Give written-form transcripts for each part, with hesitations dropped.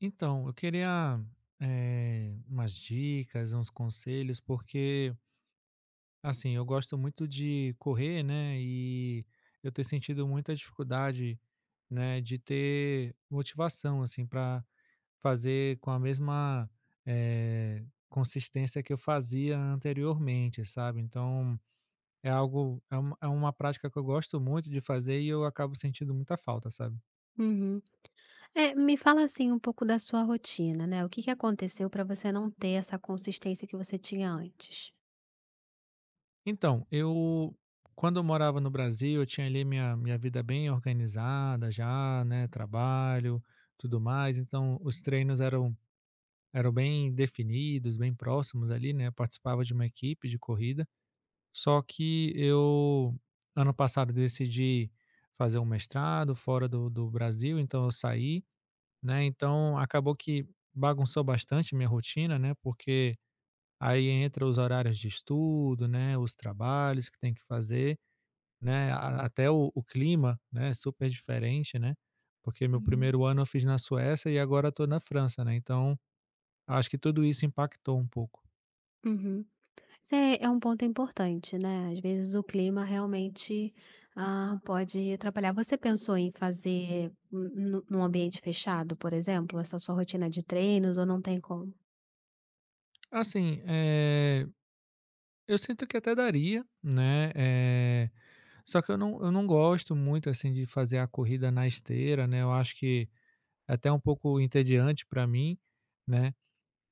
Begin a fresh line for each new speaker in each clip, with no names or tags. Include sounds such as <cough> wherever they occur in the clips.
Então, eu queria, umas dicas, uns conselhos, porque, assim, eu gosto muito de correr, né, e eu tenho sentido muita dificuldade, né, de ter motivação, assim, para fazer com a mesma, eh, consistência que eu fazia anteriormente, sabe. Então, é algo é uma prática que eu gosto muito de fazer e eu acabo sentindo muita falta, sabe.
Uhum. É, me fala assim um pouco da sua rotina, né? O que aconteceu para você não ter essa consistência que você tinha antes?
Então, eu quando eu morava no Brasil, eu tinha ali minha vida bem organizada já, né, trabalho, tudo mais, então os treinos eram bem definidos, bem próximos ali, né, eu participava de uma equipe de corrida. Só que eu, ano passado, decidi fazer um mestrado fora do Brasil, então eu saí, né, então acabou que bagunçou bastante minha rotina, né, porque aí entra os horários de estudo, né, os trabalhos que tem que fazer, né, a até o clima, né, é super diferente, né, porque meu
Uhum.
primeiro ano eu fiz na Suécia e agora estou na França, né, então acho que tudo isso impactou um pouco.
Uhum. Isso é um ponto importante, né? Às vezes o clima realmente pode atrapalhar. Você pensou em fazer num ambiente fechado, por exemplo, essa sua rotina de treinos ou não tem como?
Assim, eu sinto que até daria, né, só que eu não gosto muito, assim, de fazer a corrida na esteira, né, eu acho que é até um pouco entediante para mim, né,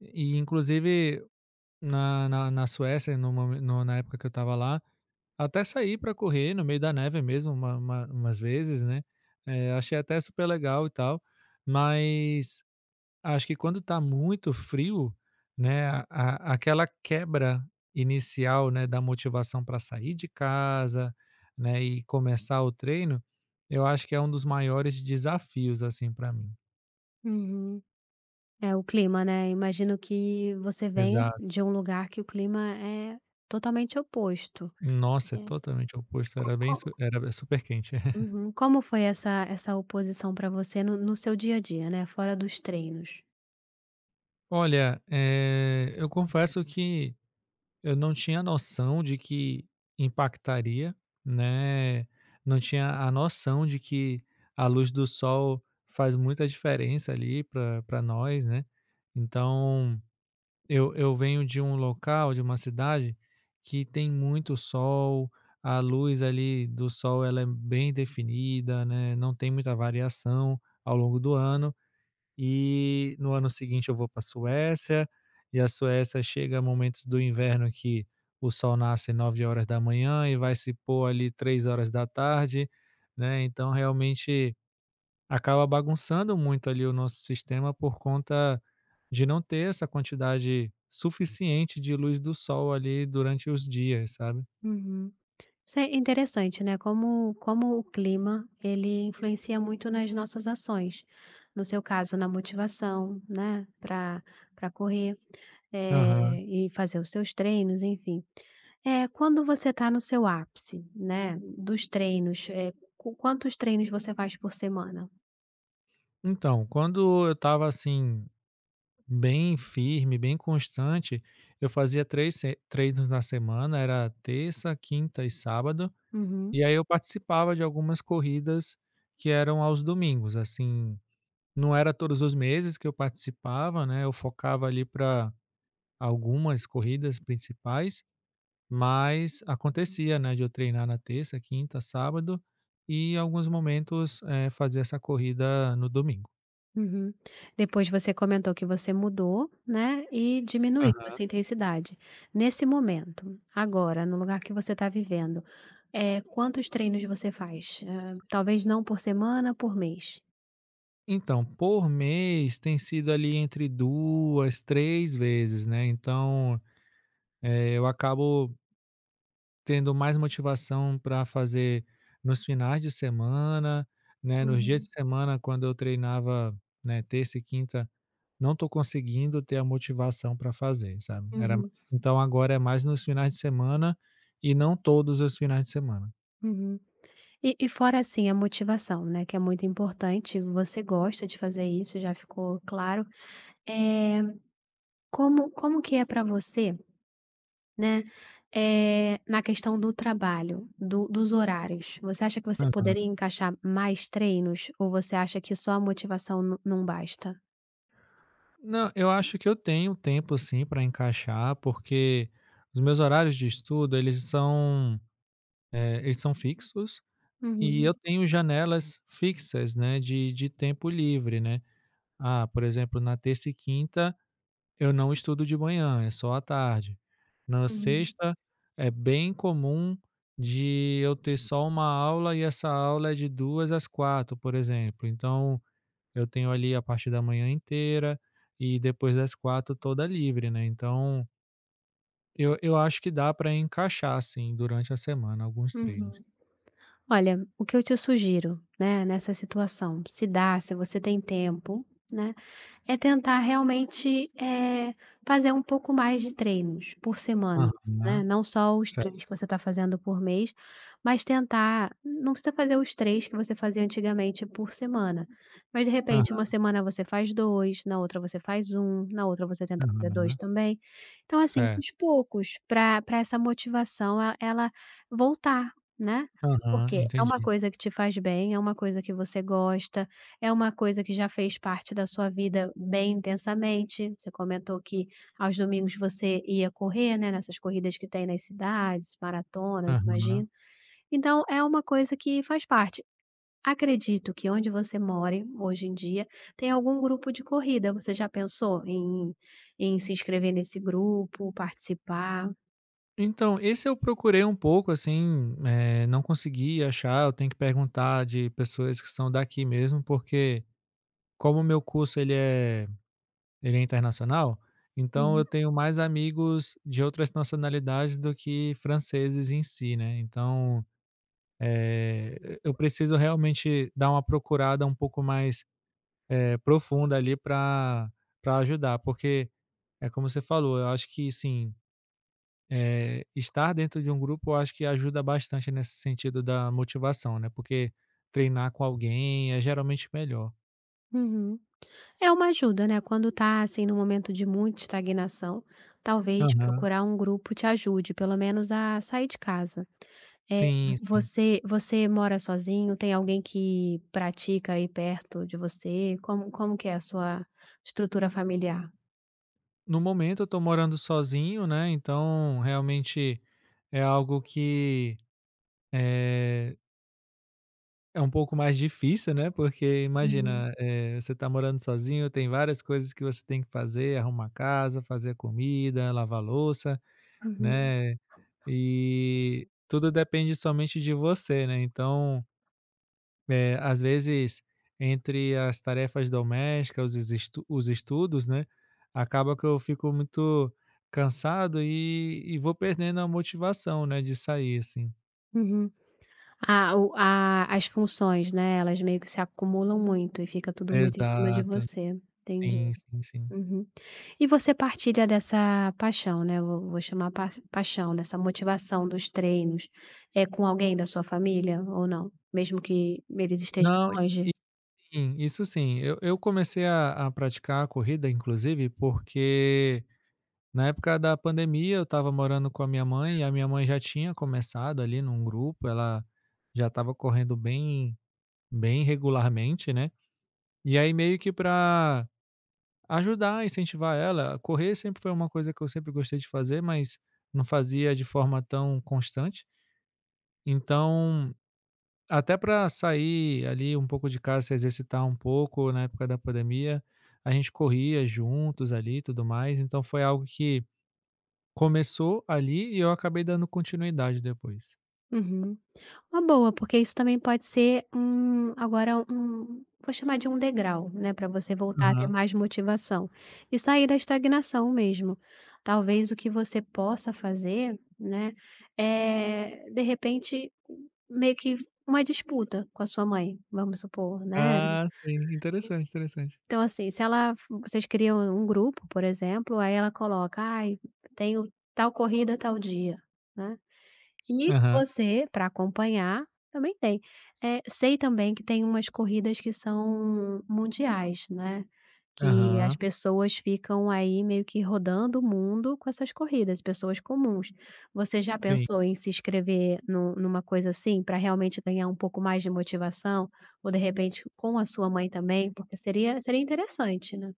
e inclusive na Suécia, no momen no na época que eu estava lá até sair para correr no meio da neve mesmo umas vezes, né, achei até super legal e tal, mas acho que quando tá muito frio, né, a aquela quebra inicial, né, da motivação para sair de casa, né, e começar o treino, eu acho que é um dos maiores desafios, assim, para mim.
Uhum. É o clima, né? Imagino que você venha
Exato.
de um lugar que o clima é totalmente oposto.
Nossa, é
É.
totalmente oposto,
Co-
era bem
co-
su era super quente. <laughs>
Uhum. Como foi essa oposição para você no seu dia a dia, né, fora dos treinos?
Olha, eu confesso que eu não tinha noção de que impactaria, né, não tinha a noção de que a luz do sol faz muita diferença ali para pra nós, né. Então, eu venho de um local, de uma cidade que tem muito sol, a luz ali do sol ela é bem definida, né, não tem muita variação ao longo do ano. E no ano seguinte eu vou pra Suécia, e a Suécia chega a momentos do inverno que o sol nasce 9 horas da manhã e vai se pôr ali 3 horas da tarde, né, então realmente acaba bagunçando muito ali o nosso sistema por conta de não ter essa quantidade suficiente de luz do sol ali durante os dias, sabe.
Uhum. Isso é interessante, né, como o clima, ele influencia muito nas nossas ações. No seu caso, na motivação, né, para correr,
Aham.
e fazer os seus treinos, enfim. É quando você está no seu ápice, né, dos treinos. É qu quantos treinos você faz por semana?
Então, quando eu estava assim bem firme, bem constante, eu fazia 3 se treinos na semana, era terça, quinta e sábado,
Uhum.
e aí eu participava de algumas corridas que eram aos domingos, assim, não era todos os meses que eu participava, né, eu focava ali para algumas corridas principais, mas acontecia, né, de eu treinar na terça, quinta, sábado e em alguns momentos, fazer essa corrida no domingo.
Uhum. Depois você comentou que você mudou, né, e diminuiu essa intensidade. Nesse momento, agora, no lugar que você está vivendo, quantos treinos você faz? Talvez não por semana, por mês?
Então, por mês tem sido ali entre 2, 3 vezes, né, então, eu acabo tendo mais motivação para fazer nos finais de semana, né, nos dias
Uhum.
de semana quando eu treinava, né, terça e quinta, não tô conseguindo ter a motivação para fazer, sabe. Era
Uhum,
então agora é mais nos finais de semana e não todos os finais de semana.
uhum. E fora, assim, a motivação, né, que é muito importante, você gosta de fazer isso, já ficou claro. Eh, como que é para você? Né, na questão do trabalho, do dos horários, você acha que você poderia encaixar mais treinos ou você acha que só a motivação não basta?
Não, eu acho que eu tenho tempo sim para encaixar, porque os meus horários de estudo, eles são, eles são fixos e eu
Uhum,
tenho janelas fixas, né, de tempo livre, né. Ah, por exemplo, na terça e quinta eu não estudo de manhã, é só à tarde. Na
uhum,
sexta é bem comum de eu ter só uma aula e essa aula é de duas às quatro, por exemplo. Então eu tenho ali a parte da manhã inteira e depois das quatro toda livre, né, então eu acho que dá para encaixar, assim, durante a semana alguns treinos.
uhum. Olha, o que eu te sugiro, né, nessa situação, se dá, se você tem tempo, né. É tentar realmente, fazer um pouco mais de treinos por semana, né,
Aham,
não só os
certo.
3 que você está fazendo por mês, mas tentar, não precisa fazer os 3 que você fazia antigamente por semana, mas de repente uma
Aham,
semana você faz 2, na outra você faz um, na outra você tenta fazer 2
aham,
também. Então assim, aos
certo.
poucos, para essa motivação e ela voltar, né.
Aham,
Porque é uma
entendi.
coisa que te faz bem, é uma coisa que você gosta, é uma coisa que já fez parte da sua vida bem intensamente, você comentou que aos domingos você ia correr, né, nessas corridas que tem nas cidades, maratonas,
Aham.
imagino. Então é uma coisa que faz parte. Acredito que onde você more, hoje em dia, tem algum grupo de corrida. Você já pensou em se inscrever nesse grupo, participar?
Então, esse eu procurei um pouco, assim, não consegui achar, eu tenho que perguntar de pessoas que são daqui mesmo, porque como o meu curso ele é internacional? Então eu
Uhum.
tenho mais amigos de outras nacionalidades do que franceses em si, né. Então, e eu preciso realmente dar uma procurada um pouco mais, profunda ali pra ajudar, porque é como você falou, eu acho que sim, estar dentro de um grupo eu acho que ajuda bastante nesse sentido da motivação, né, porque treinar com alguém é geralmente melhor.
Uhum. É uma ajuda, né, quando tá, assim, num momento de muita estagnação, talvez
Aham.
procurar um grupo te ajude, pelo menos a sair de casa. Eh,
Sim, sim.
você mora sozinho? Tem alguém que pratica aí perto de você? Como que é a sua estrutura familiar?
No momento eu tô morando sozinho, né, então realmente é algo que, eh, é um pouco mais difícil, né, porque
Uhum,
imagina, você tá morando sozinho, tem várias coisas que você tem que fazer, arrumar casa, fazer comida, lavar louça,
uhum,
né, e tudo depende somente de você, né, então às vezes, entre as tarefas domésticas, os estudos, né, acaba que eu fico muito cansado e vou perdendo a motivação, né, de sair, assim.
uhum. Ah, o a as funções, né, elas meio que se acumulam muito e fica tudo muito em cima de
Exato.
você. Entendi.
Sim, sim, sim.
Uhum. E você partilha dessa paixão, né? Eu vou chamar pa paixão, dessa motivação dos treinos, é com alguém da sua família ou não? Mesmo que eles estejam
Não,
longe?
sim, isso sim. Eu comecei a praticar a corrida, inclusive, porque na época da pandemia eu estava morando com a minha mãe e a minha mãe já tinha começado ali num grupo, ela já estava correndo bem regularmente, né. E aí meio que pra ajudar, incentivar ela, correr sempre foi uma coisa que eu sempre gostei de fazer, mas não fazia de forma tão constante. Então, até para sair ali um pouco de casa, se exercitar um pouco na época da pandemia, a gente corria juntos ali e tudo mais, então foi algo que começou ali e eu acabei dando continuidade depois.
Uhum. Uma boa, porque isso também pode ser um, agora, um, vou chamar de um degrau, né, para você voltar a ter
Aham.
mais motivação e sair da estagnação mesmo. Talvez o que você possa fazer, né, é de repente, meio que uma disputa com a sua mãe, vamos supor, né.
Ah, sim, interessante, interessante.
Então, assim, se ela, vocês criam um grupo, por exemplo, aí ela coloca: "Ai, tenho tal corrida tal dia", né. E
Aham,
você, para acompanhar, também tem. Eh, sei também que tem umas corridas que são mundiais, né, que as
aham,
pessoas ficam aí meio que rodando o mundo com essas corridas, pessoas comuns. Você já
sim.
pensou em se inscrever nu numa coisa assim, para realmente ganhar um pouco mais de motivação? Ou de repente com a sua mãe também? Porque seria interessante, né.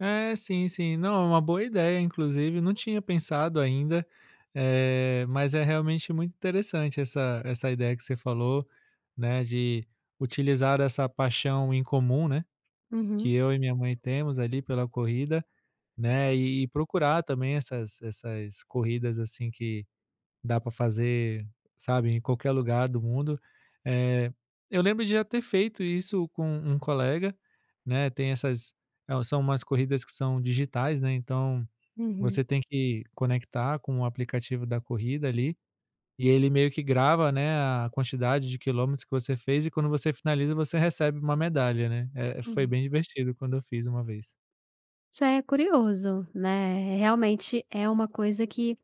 É, sim, sim. Não, é uma boa ideia, inclusive, não tinha pensado ainda, mas é realmente muito interessante essa ideia que você falou, né, de utilizar essa paixão em comum, né,
Uhum,
que eu e minha mãe temos ali pela corrida, né, e procurar também essas corridas, assim, que dá para fazer, sabe, em qualquer lugar do mundo. Eh, eu lembro de já ter feito isso com um colega, né, tem são umas corridas que são digitais, né, então
uhum,
você tem que conectar com o aplicativo da corrida ali, e ele meio que grava, né, a quantidade de quilômetros que você fez e quando você finaliza você recebe uma medalha, né. Foi
uhum.
bem divertido quando eu fiz uma vez.
Isso é curioso, né, realmente é uma coisa que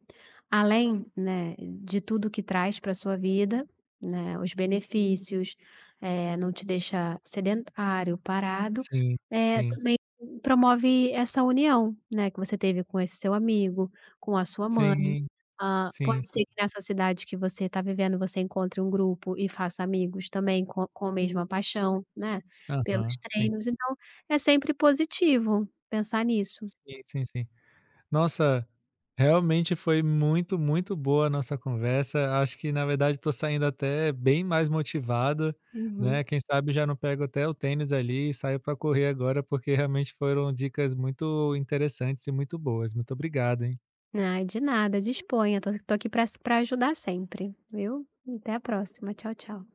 além, né, de tudo que traz para sua vida, né, os benefícios, não te deixa sedentário, parado,
Sim, sim.
também promove essa união, né, que você teve com esse seu amigo, com a sua mãe.
Sim,
Ah,
sim,
pode
sim.
ser que nessa cidade que você está vivendo você encontre um grupo e faça amigos também com a mesma paixão, né, pelos
Aham, sim.
treinos, então é sempre positivo. Pensar nisso.
Sim, sim, sim. Nossa, realmente foi muito, muito boa a nossa conversa. Acho que, na verdade, estou saindo até bem mais motivado, né?
Uhum.
Quem sabe já não pego até o tênis ali e saio para correr agora, porque realmente foram dicas muito interessantes e muito boas. Muito obrigado, hein?
Ai, de nada, disponha. Tô aqui para s ajudar sempre, viu. Até a próxima. Tchau, tchau.